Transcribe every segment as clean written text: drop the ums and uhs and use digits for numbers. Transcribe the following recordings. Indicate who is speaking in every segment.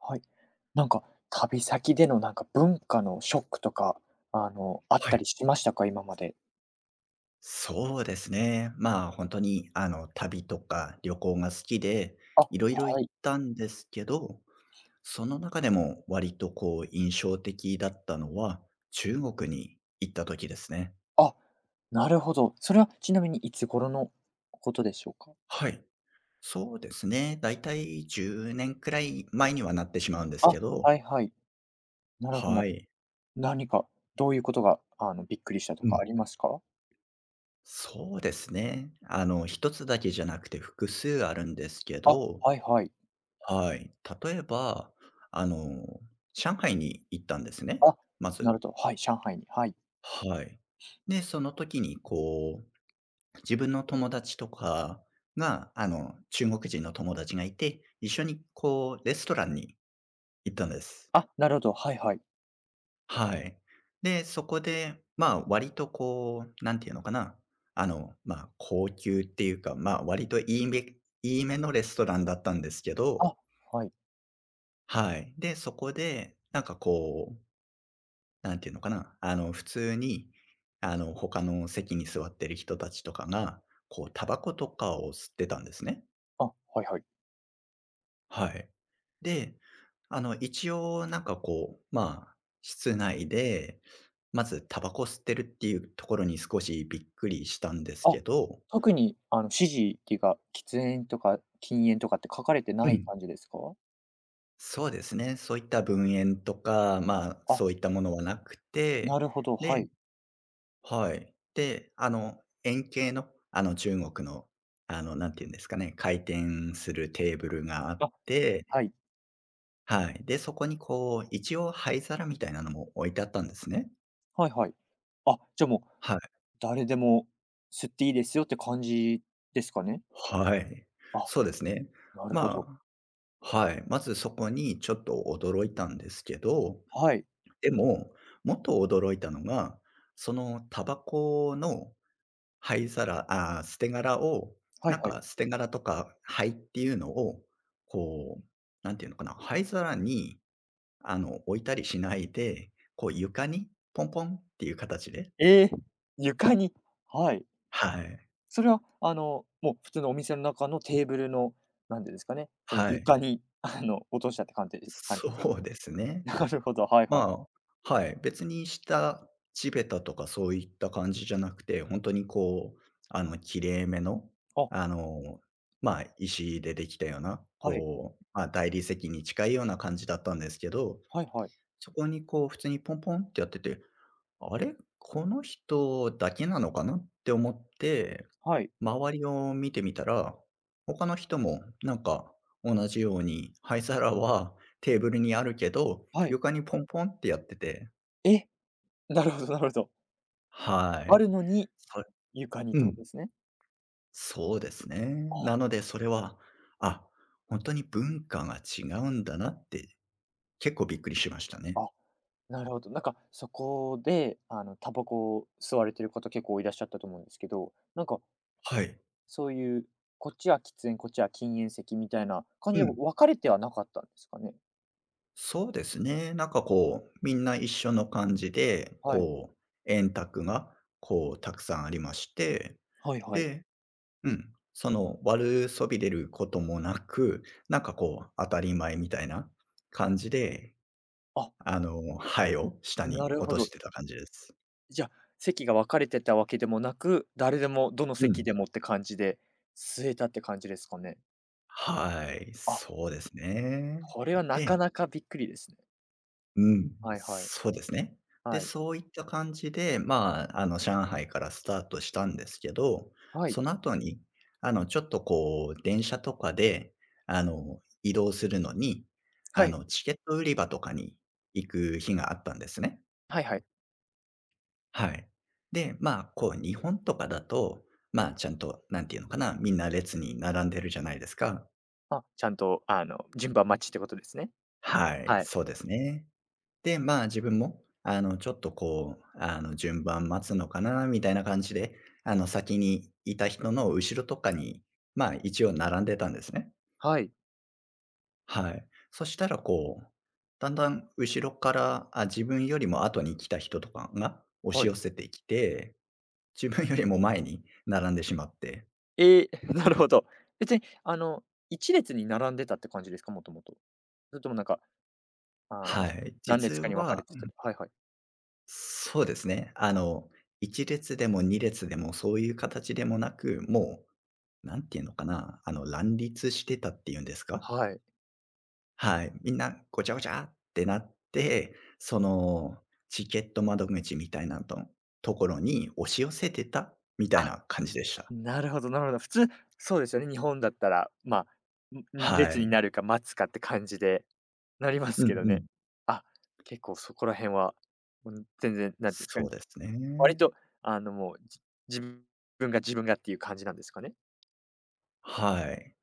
Speaker 1: はい。なんか、旅先での文化のショックとか、あっ
Speaker 2: は
Speaker 1: た
Speaker 2: い。
Speaker 1: りしましたか？今まで。
Speaker 2: そうですね。まあ、本当に、旅とか旅行が好きで、
Speaker 1: あ、
Speaker 2: 色々行
Speaker 1: は
Speaker 2: っ
Speaker 1: い。
Speaker 2: たんですけど、その中でも割とこう印象的だったのは、中国に行った時ですね。
Speaker 1: あ、なるほど。それはちなみにいつ頃のことでしょうか？
Speaker 2: はい。そうですね。だいたい10年くらい前にはなってしまうんです
Speaker 1: あ、
Speaker 2: けど、
Speaker 1: はいはい。なるほど
Speaker 2: は
Speaker 1: な。
Speaker 2: い。
Speaker 1: 何か、どういうことが、びっくりしたと
Speaker 2: う
Speaker 1: か
Speaker 2: ん。
Speaker 1: ありますか？
Speaker 2: そうですね。一つだけじゃなくて複数あるんですけ
Speaker 1: あ、
Speaker 2: ど。
Speaker 1: はいはい。
Speaker 2: はい。例えば、あの、上海に行ったんですね、
Speaker 1: あ、
Speaker 2: まず。
Speaker 1: なるほど。はい、上海に、はい。
Speaker 2: はい。で、その時にこう、自分の友達とかが、中国人の友達がいて、一緒にこうレストランに行ったんです。
Speaker 1: あ、なるほど、はいはい。
Speaker 2: はい。で、そこで、まあ、割とこう、なんていうのかな、まあ、高級っていうか、まあ、割といいめのレストランだったんですけど、
Speaker 1: あ、はい。
Speaker 2: はい。で、そこで、なんかこうなんていうのかな、普通に、他の席に座ってる人たちとかが、こう、タバコとかを吸ってたんですね。
Speaker 1: あ、はいはい。
Speaker 2: はい。で、一応、なんかこう、まあ、室内で、まずタバコ吸ってるっていうところに少しびっくりしたんです
Speaker 1: あ、
Speaker 2: けど、
Speaker 1: 特に指示っていうか、喫煙とか禁煙とかって書かれて
Speaker 2: う
Speaker 1: ない
Speaker 2: ん。
Speaker 1: 感じですか？
Speaker 2: そうですね。そういった分煙とか、まあ、
Speaker 1: あ、
Speaker 2: そういったものはなく
Speaker 1: な
Speaker 2: て、
Speaker 1: るほど、は
Speaker 2: で、
Speaker 1: い。
Speaker 2: はい。で、円形の、中国の、なんて言うんですかね、回転するテーブルがあっ
Speaker 1: あ、
Speaker 2: て、
Speaker 1: はい。
Speaker 2: はい。で、そこにこう、一応灰皿みたいなのも置いてあったんですね。
Speaker 1: はいはい。あ、じゃあもう、
Speaker 2: はい。
Speaker 1: 誰でも吸っていいですよって感じですかね？
Speaker 2: はい。
Speaker 1: あ、
Speaker 2: そうですね。
Speaker 1: なるほど。
Speaker 2: まあ、はい。まずそこにちょっと驚いたんですけど、
Speaker 1: はい。
Speaker 2: でも、もっと驚いたのが、そのタバコの灰皿、ああ、捨て殻を、
Speaker 1: は
Speaker 2: な
Speaker 1: い
Speaker 2: ん
Speaker 1: はい。
Speaker 2: か捨て殻とか灰っていうのを、こう、なんていうのかな、灰皿に、置いたりしないで、こう床にポンポンっていう形で。
Speaker 1: ええ、床に。はい。
Speaker 2: はい。
Speaker 1: それは、もう普通のお店の中のテーブルの、なんていうんですかね、その
Speaker 2: はい。
Speaker 1: 床に、落としたって感じですか
Speaker 2: そ
Speaker 1: ね？
Speaker 2: うです ね。
Speaker 1: なるほど、はいはい。
Speaker 2: まあ、はい、別に地べたとかそういった感じじゃなくて、本当にこう、綺麗めの、
Speaker 1: あ、
Speaker 2: あの、まあ、石でできたような、
Speaker 1: はい。
Speaker 2: こう、まあ、大理石に近いような感じだったんですけど、
Speaker 1: はいはい。
Speaker 2: そこにこう普通にポンポンってやってて、あれ、この人だけなのかなって思って、
Speaker 1: はい。
Speaker 2: 周りを見てみたら、他の人もなんか同じように灰皿は テーブルにあるけど、
Speaker 1: はい。
Speaker 2: 床にポンポンってやってて、
Speaker 1: え、なるほどなるほど。
Speaker 2: は
Speaker 1: あ
Speaker 2: い。
Speaker 1: るのに、
Speaker 2: そ
Speaker 1: 床にっ
Speaker 2: う
Speaker 1: てこと
Speaker 2: ん、
Speaker 1: ですね。
Speaker 2: そうですね。な
Speaker 1: あ、
Speaker 2: のでそれは、あ、本当に文化が違うんだなって結構びっくりしましたね。
Speaker 1: あなるほど。なんか、そこで、タバコを吸われてる方結構いらっしゃったと思うんですけど、なんか、
Speaker 2: はい。
Speaker 1: そういう、こっちは喫煙、こっちは禁煙席みたいな感
Speaker 2: う
Speaker 1: じで
Speaker 2: ん。
Speaker 1: 分かれてはなかったんですかね？
Speaker 2: そうですね。なんかこう、みんな一緒の感じで、
Speaker 1: はい。
Speaker 2: こう、円卓が、こう、たくさんありまして、
Speaker 1: はいはい。
Speaker 2: で、うん、その、悪そびれることもなく、なんかこう、当たり前みたいな感じで、
Speaker 1: あ、
Speaker 2: 牌を下
Speaker 1: ん、な
Speaker 2: に
Speaker 1: る
Speaker 2: 落
Speaker 1: ほ
Speaker 2: と
Speaker 1: ど。
Speaker 2: してた感じです。
Speaker 1: じゃあ、席が分かれてたわけでもなく、誰でもどの
Speaker 2: う
Speaker 1: 席
Speaker 2: ん。
Speaker 1: でもって感じで、吸えたって感じですかね？
Speaker 2: はい、
Speaker 1: あ、
Speaker 2: そうですね。
Speaker 1: これはなか
Speaker 2: で、
Speaker 1: なかびっくりですね。
Speaker 2: うん、
Speaker 1: はいはい。
Speaker 2: そうですね。で、
Speaker 1: はい。
Speaker 2: そういった感じで、まあ、上海からスタートしたんですけど、
Speaker 1: はい。
Speaker 2: その後に、ちょっとこう、電車とかで、移動するのに、
Speaker 1: はい。
Speaker 2: チケット売り場とかに行く日があったんですね。
Speaker 1: はいはい。
Speaker 2: はい。で、まあ、こう、日本とかだと、まあ、ちゃんと、なんていうのかな、みんな列に並んでるじゃないですか。
Speaker 1: あ、ちゃんと、順番待ちってことですね。
Speaker 2: はい、
Speaker 1: はい。
Speaker 2: そうですね。で、まあ、自分も、ちょっとこう、順番待つのかなみたいな感じで、先にいた人の後ろとかに、まあ、一応並んでたんですね。
Speaker 1: はい、
Speaker 2: はい。そしたらこう、だんだん後ろから、あ、自分よりも後に来た人とかが押し
Speaker 1: はい。
Speaker 2: 寄せてきて、自分よりも前に並んでしまって、
Speaker 1: えー、なるほど。別に、一列に並んでたって感じですか？もともと。それともなんか、あ
Speaker 2: は
Speaker 1: の、
Speaker 2: い。
Speaker 1: 何
Speaker 2: 実
Speaker 1: 列かに分かれ
Speaker 2: は、
Speaker 1: てたりはいはい。
Speaker 2: そうですね。あの、1列でも2列でもそういう形でもなく、もうなんていうのかな、乱立してたっていうんですか？
Speaker 1: はい。
Speaker 2: はい。みんなごちゃごちゃってなって、その、チケット窓口みたいなところに押し寄せてたみたい
Speaker 1: あ、
Speaker 2: な感じでした。
Speaker 1: なるほどなるほど。普通、そうですよね、日本だったら、まあ、んん、
Speaker 2: は
Speaker 1: 列に
Speaker 2: い。
Speaker 1: なるか待つかって感じで、なります
Speaker 2: うん
Speaker 1: けど
Speaker 2: う
Speaker 1: ね。
Speaker 2: ん。
Speaker 1: あ、結構
Speaker 2: そ
Speaker 1: そこら辺は、うん、全然、なんていうんですか
Speaker 2: そ
Speaker 1: ね、
Speaker 2: うです
Speaker 1: 割
Speaker 2: ね。
Speaker 1: と、もう、自分が自分がっていう感じなんですかね？
Speaker 2: はい。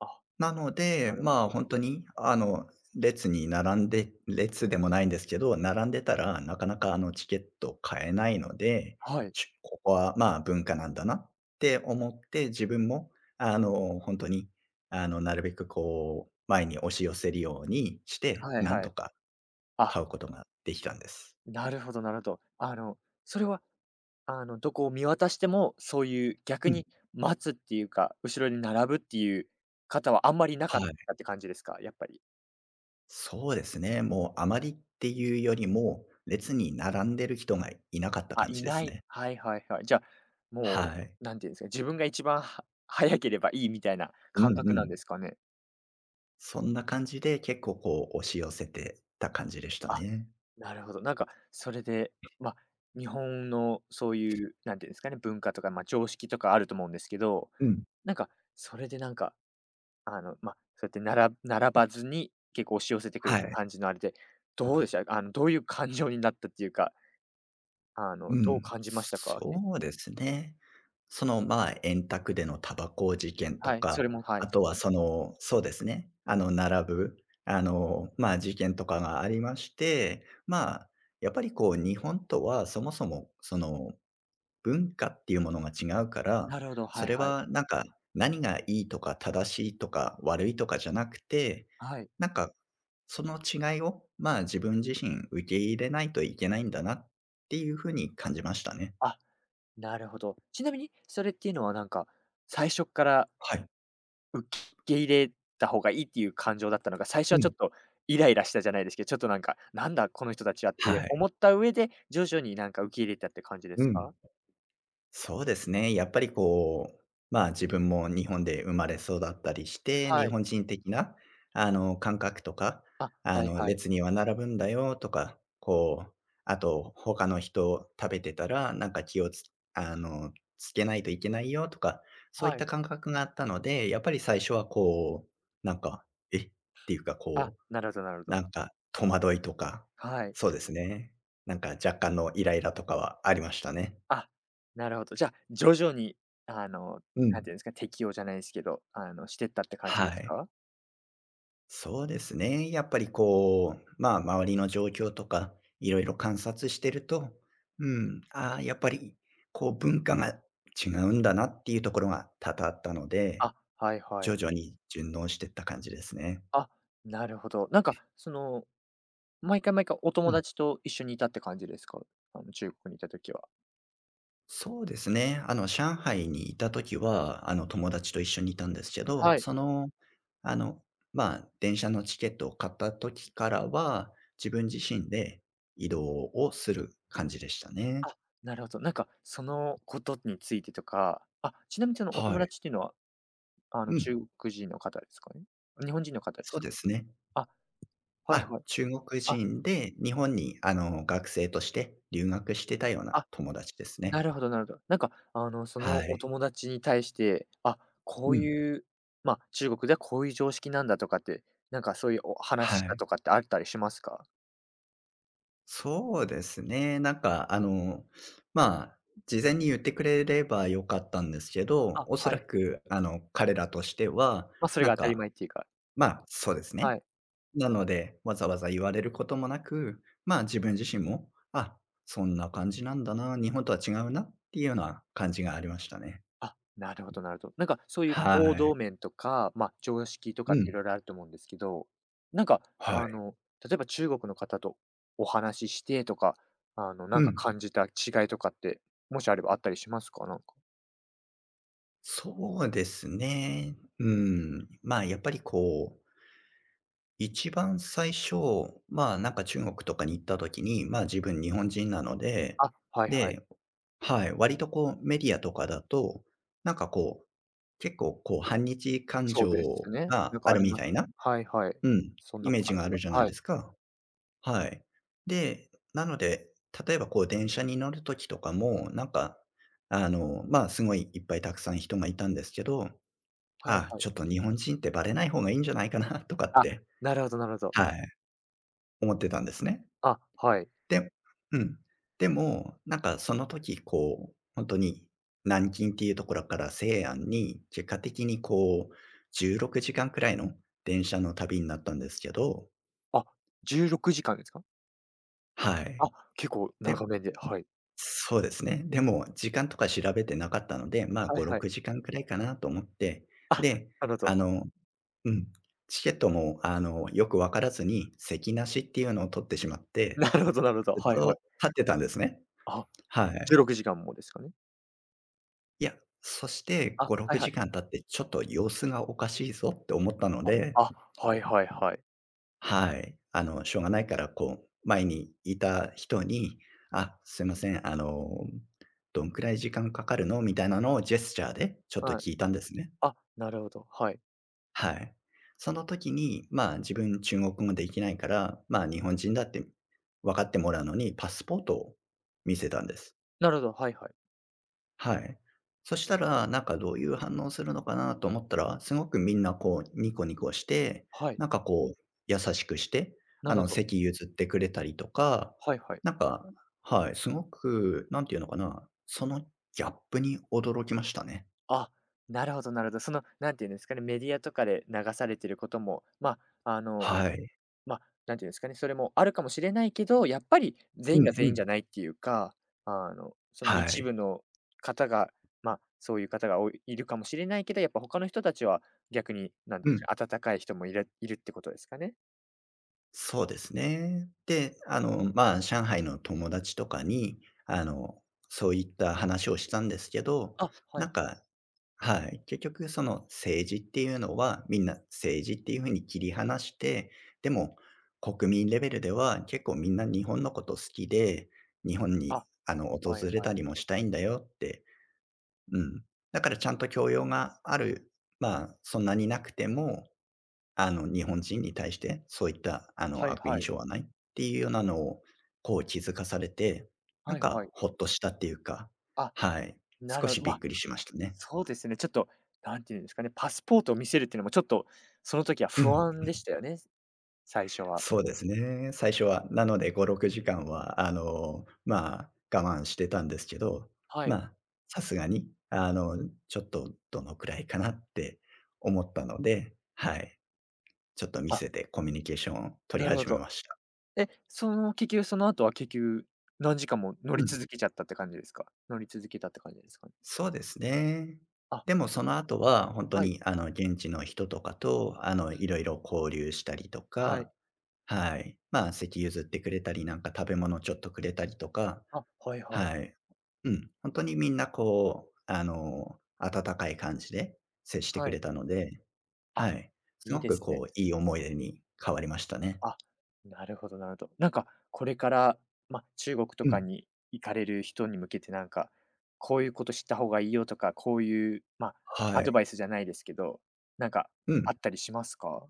Speaker 1: あ、
Speaker 2: なので、
Speaker 1: なるほ
Speaker 2: まあ、
Speaker 1: ど。
Speaker 2: 本当に、列に並んで列でもないんですけど、並んでたらなかなか、チケット買えないので、
Speaker 1: はい、
Speaker 2: ここは、まあ、文化なんだなって思って、自分も、本当に、なるべくこう、前に押し寄せるようにして、
Speaker 1: はい
Speaker 2: なん
Speaker 1: は
Speaker 2: と
Speaker 1: い。
Speaker 2: か
Speaker 1: あ
Speaker 2: 買うことができたんです。
Speaker 1: なるほどなるほど。それは、どこを見渡しても、そういう逆
Speaker 2: うん、
Speaker 1: に待つっていうか、後ろに並ぶっていう方はあんまりいなかっ
Speaker 2: はい。
Speaker 1: たって感じですか？やっぱり。
Speaker 2: そうですね、もうあまりっていうよりも、列に並んでる人がいなかった
Speaker 1: あ、
Speaker 2: 感
Speaker 1: い
Speaker 2: じで
Speaker 1: な
Speaker 2: す
Speaker 1: い。
Speaker 2: ね。
Speaker 1: はいはいはい。じゃあ、
Speaker 2: は
Speaker 1: も
Speaker 2: い。
Speaker 1: う、なんていうんですか、自分が一番は早ければいいみたいな
Speaker 2: う
Speaker 1: 感
Speaker 2: んう
Speaker 1: 覚なん
Speaker 2: ん。
Speaker 1: ですかね？
Speaker 2: そんな感じで結構こう押し寄せてた感じでした
Speaker 1: あ、
Speaker 2: ね。
Speaker 1: なるほど。なんか、それで、まあ、日本のそういう、なんていうんですかね、文化とか、まあ、常識とかあると思うんですけど、
Speaker 2: うん。
Speaker 1: なんか、それでなんかまあ、そうやってなら並ばずに、結構押し寄せてくるっ
Speaker 2: は
Speaker 1: て
Speaker 2: い。
Speaker 1: 感じのあれで、どうでした？どういう感情になったっていうか、
Speaker 2: う
Speaker 1: どう
Speaker 2: ん。
Speaker 1: 感じましたか？け
Speaker 2: そうですね。その、まあ、円卓でのタバコ事件と
Speaker 1: はい、そ
Speaker 2: か、
Speaker 1: れも、は
Speaker 2: あ
Speaker 1: い、
Speaker 2: とはその、そうですね、並ぶ、まあ、事件とかがありまして、まあ、やっぱりこう日本とはそもそもその文化っていうものが違うから、
Speaker 1: なるほど、
Speaker 2: そ
Speaker 1: はい
Speaker 2: れ
Speaker 1: はい。
Speaker 2: はなんか、何がいいとか正しいとか悪いとかじゃなくて、
Speaker 1: はい。
Speaker 2: なんか、その違いを、まあ、自分自身受け入れないといけないんだなっていうふうに感じましたね。
Speaker 1: あ、なるほど。ちなみに、それっていうのはなんか、最初から
Speaker 2: はい。
Speaker 1: 受け入れた方がいいっていう感情だったのか、最初は
Speaker 2: う
Speaker 1: ちょ
Speaker 2: ん。
Speaker 1: っとイライラしたじゃないですけど、ちょっとなんか、なんだこの人たちはっ
Speaker 2: は
Speaker 1: て
Speaker 2: い。
Speaker 1: 思った上で、徐々になんか受け入れたって感じで
Speaker 2: う
Speaker 1: す
Speaker 2: ん。
Speaker 1: か？
Speaker 2: そうですね。やっぱりこう、まあ、自分も日本で生まれ育ったりして、日
Speaker 1: はい。
Speaker 2: 本人的な、感覚とか、
Speaker 1: あ、はいはい。
Speaker 2: 列には並ぶんだよとか、こう、あと、他の人食べてたら、なんか気をつあの、つけないといけないよとか、そういっ
Speaker 1: は
Speaker 2: た
Speaker 1: い。
Speaker 2: 感覚があったので、やっぱり最初はこう、なんか、え？っていうか、
Speaker 1: あ、
Speaker 2: こう、
Speaker 1: なるほどなるほ
Speaker 2: な
Speaker 1: ど。
Speaker 2: んか戸惑いとか、
Speaker 1: はい。
Speaker 2: そうですね。なんか若干のイライラとかはありましたね。
Speaker 1: あ、なるほど。じゃあ、徐々に、あの、
Speaker 2: う
Speaker 1: なん
Speaker 2: ん。
Speaker 1: ていうんですか、適用じゃないですけど、してったって感じ
Speaker 2: は
Speaker 1: です
Speaker 2: い。
Speaker 1: か？
Speaker 2: そうですね。やっぱりこう、まあ、周りの状況とか、いろいろ観察してると、うん、ああ、やっぱり、こう、文化が違うんだなっていうところが多々あったので、
Speaker 1: あ、はいは
Speaker 2: 徐
Speaker 1: い。
Speaker 2: 々に順応していった感じですね。
Speaker 1: あ、なるほど。なんか、その、毎回毎回お
Speaker 2: う
Speaker 1: 友
Speaker 2: ん。
Speaker 1: 達と一緒にいたって感じですか？中国にいた時は。
Speaker 2: そうですね。上海にいた時は、友達と一緒にいたんですけど、
Speaker 1: はい。
Speaker 2: その、あの、まあ、電車のチケットを買った時からは、自分自身で移動をする感じでしたね。
Speaker 1: あ、なるほど。なんか、そのことについてとか、あ、ちなみにそのお友
Speaker 2: はい。
Speaker 1: 達っていうのは、
Speaker 2: うん。
Speaker 1: 中国人の方ですかね？日本人の方です
Speaker 2: そう
Speaker 1: か？
Speaker 2: ですね。
Speaker 1: あ、はい
Speaker 2: あ、
Speaker 1: はい。
Speaker 2: 中国
Speaker 1: あ、
Speaker 2: 人で日本に学生として留学してたような
Speaker 1: あ、
Speaker 2: 友達ですね。
Speaker 1: なるほどなるほど。なんか、その
Speaker 2: は
Speaker 1: お
Speaker 2: い。
Speaker 1: 友達に対して、あ、こう
Speaker 2: うん。
Speaker 1: いう、まあ、中国ではこういう常識なんだとかって、なんかそういうお
Speaker 2: は
Speaker 1: 話した
Speaker 2: い。
Speaker 1: とかってあったりしますか？
Speaker 2: そうですね。なんかまあ、事前に言ってくれればよかったんですけど、
Speaker 1: あ、
Speaker 2: おそ
Speaker 1: は
Speaker 2: ら
Speaker 1: い。
Speaker 2: く彼らとしては、
Speaker 1: まあ、それ
Speaker 2: な
Speaker 1: が
Speaker 2: ん
Speaker 1: 当たり
Speaker 2: か、
Speaker 1: 前っていうか、
Speaker 2: まあ、そうです
Speaker 1: は
Speaker 2: ね。
Speaker 1: い。
Speaker 2: なので、わざわざ言われることもなく、まあ、自分自身も、あ、そんな感じなんだな、日本とは違うなっていうような感じがありましたね。
Speaker 1: あ、なるほどなるほど。なんかそういう行
Speaker 2: はい。
Speaker 1: 動面とか、まあ、常識と
Speaker 2: う
Speaker 1: かってい
Speaker 2: ん。
Speaker 1: ろいろあると思うんですけど、なんか、
Speaker 2: は
Speaker 1: あ
Speaker 2: い。
Speaker 1: の、例えば中国の方とお話ししてとか、な
Speaker 2: う
Speaker 1: んか
Speaker 2: ん。
Speaker 1: 感じた違いとかって、もしあればあったりしますか？なんか。
Speaker 2: そうですね。うん。まあ、やっぱりこう、一番最初、まあ、なんか中国とかに行った時に、まあ、自分日本人なので、
Speaker 1: あ、はいはい。
Speaker 2: で、はい、割とこうメディアとかだと、なんかこう、結構こう反日感
Speaker 1: そう
Speaker 2: 情
Speaker 1: ですね。な
Speaker 2: が
Speaker 1: んか
Speaker 2: あ
Speaker 1: あ
Speaker 2: る
Speaker 1: り
Speaker 2: み
Speaker 1: ます。
Speaker 2: たいな、
Speaker 1: はいはい。
Speaker 2: うん、
Speaker 1: そん
Speaker 2: イ
Speaker 1: な
Speaker 2: メージ
Speaker 1: 感
Speaker 2: があ
Speaker 1: じ
Speaker 2: る
Speaker 1: が。
Speaker 2: じゃない
Speaker 1: は
Speaker 2: で
Speaker 1: い。
Speaker 2: すか。はい。で、なので、例えばこう電車に乗る時とかも、なんか、まあ、すごいいっぱいたくさん人がいたんですけど、
Speaker 1: はい
Speaker 2: あ、
Speaker 1: は
Speaker 2: ち
Speaker 1: い。
Speaker 2: ょっと日本人ってバレない方がいいんじゃないかなとかっ
Speaker 1: あ、
Speaker 2: て、
Speaker 1: なるほどなるほど。
Speaker 2: はい、思ってたんですね。
Speaker 1: あ、はい。
Speaker 2: でうん。でも、なんかその時こう、本当に南京っていうところから西安に、結果的にこう16時間くじかんくらいの電車の旅になったんですけど、
Speaker 1: あ、16時間ですか？
Speaker 2: は
Speaker 1: あ、
Speaker 2: い。
Speaker 1: 結構
Speaker 2: で
Speaker 1: 長めで、はい。
Speaker 2: そうですね。でも、時間とか調べてなかったので、まあ、
Speaker 1: は
Speaker 2: 5、
Speaker 1: いはい。
Speaker 2: 6時間くらいかなと思って、
Speaker 1: あ、
Speaker 2: で、
Speaker 1: なるほ
Speaker 2: あ
Speaker 1: ど。
Speaker 2: のうん、チケットも、よくわからずに、席なしっていうのを取ってしまっ て、
Speaker 1: なるほどなるほど。
Speaker 2: ずっ
Speaker 1: はいはい。
Speaker 2: と立ってたんですね。
Speaker 1: あ、
Speaker 2: は
Speaker 1: 16
Speaker 2: い。
Speaker 1: 時間もですかね？
Speaker 2: いや、そして
Speaker 1: あ、
Speaker 2: 5、
Speaker 1: はい
Speaker 2: 6
Speaker 1: はい。
Speaker 2: 時間経って、ちょっと様子がおかしいぞって思ったので、
Speaker 1: あ、はいはいはい。
Speaker 2: はい。しょうがないから、こう、前にいた人に、「あ、すいません、どんくらい時間かかるの？」みたいなのをジェスチャーでちょっと
Speaker 1: はい。
Speaker 2: 聞いたんですね。
Speaker 1: あ、なるほど、はい。
Speaker 2: はい。その時に、まあ、自分中国語できないから、まあ、日本人だって分かってもらうのに、パスポートを見せたんです。
Speaker 1: なるほど、はいはい。
Speaker 2: はい。そしたら、なんかどういう反応するのかなと思ったら、すごくみんなこうニコニコして、
Speaker 1: はい。
Speaker 2: なんかこう優しくして、
Speaker 1: なるほど。
Speaker 2: 席譲ってくれたりとか、
Speaker 1: はいはい。
Speaker 2: なんか、はい、すごく、なんていうのかな、そのギャップに驚きましたね。
Speaker 1: あ、なるほどなるほど。その、なんていうんですかね、メディアとかで流されてることも、まあ、
Speaker 2: はい。
Speaker 1: まあ、なんていうんですかね、それもあるかもしれないけど、やっぱり全
Speaker 2: う
Speaker 1: 員が
Speaker 2: んう
Speaker 1: 全員じ
Speaker 2: ん。
Speaker 1: ゃないっていうか、その
Speaker 2: は
Speaker 1: 一
Speaker 2: い。
Speaker 1: 部の方が、まあ、そういう方がおいいるかもしれないけど、やっぱ他の人たちは逆に、なんて
Speaker 2: う
Speaker 1: いうんです
Speaker 2: ん。
Speaker 1: か、温かい人もいるってことですかね？
Speaker 2: そうですね。で、まあ、上海の友達とかに、あの、そういった話をしたんですけど、
Speaker 1: あ、は
Speaker 2: な
Speaker 1: い
Speaker 2: ん
Speaker 1: はい。
Speaker 2: か、はい。結局その政治っていうのは、みんな政治っていう風に切り離して、でも国民レベルでは結構みんな日本のこと好きで、日本に
Speaker 1: あ、
Speaker 2: 訪
Speaker 1: はい
Speaker 2: れ
Speaker 1: は
Speaker 2: た
Speaker 1: い。
Speaker 2: りもしたいんだよって。うん。だからちゃんと教養がある、まあ、そんなになくても、日本人に対してそういった
Speaker 1: はい
Speaker 2: 悪
Speaker 1: は
Speaker 2: 印
Speaker 1: い。
Speaker 2: 象はないっていうようなのをこう気づかされて、なん
Speaker 1: はいは
Speaker 2: か
Speaker 1: い。
Speaker 2: ほっとしたっていうか、
Speaker 1: あ、
Speaker 2: はい。
Speaker 1: な
Speaker 2: 少
Speaker 1: るほ
Speaker 2: し
Speaker 1: ど。
Speaker 2: び
Speaker 1: ま
Speaker 2: っ
Speaker 1: あ、
Speaker 2: くりしましたね。
Speaker 1: そうですね、ちょっと、なんていうんですかね、パスポートを見せるっていうのもちょっと、その時は
Speaker 2: う
Speaker 1: 不
Speaker 2: ん。
Speaker 1: 安でしたよね、最初は。
Speaker 2: そうですね。最初は。なので5、6時間は、まあ、我慢してたんですけど、
Speaker 1: は
Speaker 2: ま
Speaker 1: い。
Speaker 2: あ、さすがに、ちょっとどのくらいかなって思ったので、はい。ちょっと見
Speaker 1: あ、
Speaker 2: せてコミュニケーションを取り
Speaker 1: なるほ
Speaker 2: 始め
Speaker 1: ど。
Speaker 2: ました。
Speaker 1: え、その気球、その後は結局何時間も乗
Speaker 2: う
Speaker 1: り
Speaker 2: ん。
Speaker 1: 続けちゃったって感じですか？乗り続けたって感じですかね？
Speaker 2: そうですね。
Speaker 1: あ、
Speaker 2: でもその後は本当
Speaker 1: はい、
Speaker 2: に、現地の人とかと、いろいろ交流したりと
Speaker 1: はい。
Speaker 2: か、はい。まあ、席譲ってくれたり、なんか食べ物ちょっとくれたりとか、
Speaker 1: あ、はいはい。
Speaker 2: はい。うん、本当にみんなこう、温かい感じで接して
Speaker 1: は
Speaker 2: くれ
Speaker 1: い。
Speaker 2: たので、は
Speaker 1: あ、
Speaker 2: い。す
Speaker 1: いい
Speaker 2: ご
Speaker 1: で
Speaker 2: く
Speaker 1: すね。
Speaker 2: こう、いい思い出に変わりましたね。
Speaker 1: あ、なるほどなるほど。なんか、これから、ま、中国と
Speaker 2: う
Speaker 1: か
Speaker 2: ん。
Speaker 1: に行かれる人に向けてなんか、こういうこと知った方がいいよとか、こういう、ま、
Speaker 2: は
Speaker 1: ア
Speaker 2: い。
Speaker 1: ドバイスじゃないですけど、なんか
Speaker 2: うん。
Speaker 1: あったりしますか？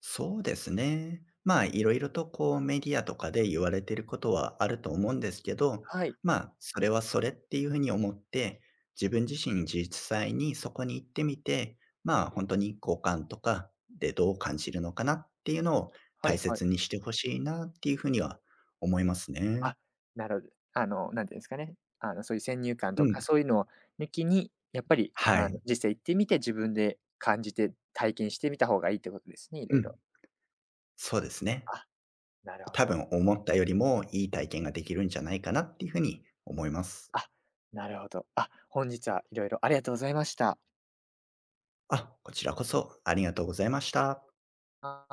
Speaker 2: そうですね。まあ、いろいろとこうメディアとかで言われていることはあると思うんですけど、
Speaker 1: はい。
Speaker 2: まあ、それはそれっていうふうに思って、自分自身実際にそこに行ってみて、まあ、本当に好感とかでどう感じるのかなっていうのを
Speaker 1: は
Speaker 2: 大
Speaker 1: いはい。
Speaker 2: 切にしてほしいなっていうふうには思いますね。
Speaker 1: あ、なるほど。なんていうんですかね、そういう先入観
Speaker 2: う
Speaker 1: とか、
Speaker 2: ん。
Speaker 1: そういうのを抜きに、やっぱり、
Speaker 2: はい。
Speaker 1: 実際行ってみて、自分で感じて、体験してみた方がいいってことですね、い
Speaker 2: う
Speaker 1: ろい
Speaker 2: ん。
Speaker 1: ろ。
Speaker 2: そうですね。
Speaker 1: あ、なるほ
Speaker 2: 多
Speaker 1: ど。
Speaker 2: 分思ったよりもいい体験ができるんじゃないかなっていうふうに思います。
Speaker 1: あ、なるほど。あ、本日はいろいろありがとうございました。
Speaker 2: あ、こちらこそありがとうございました。
Speaker 1: は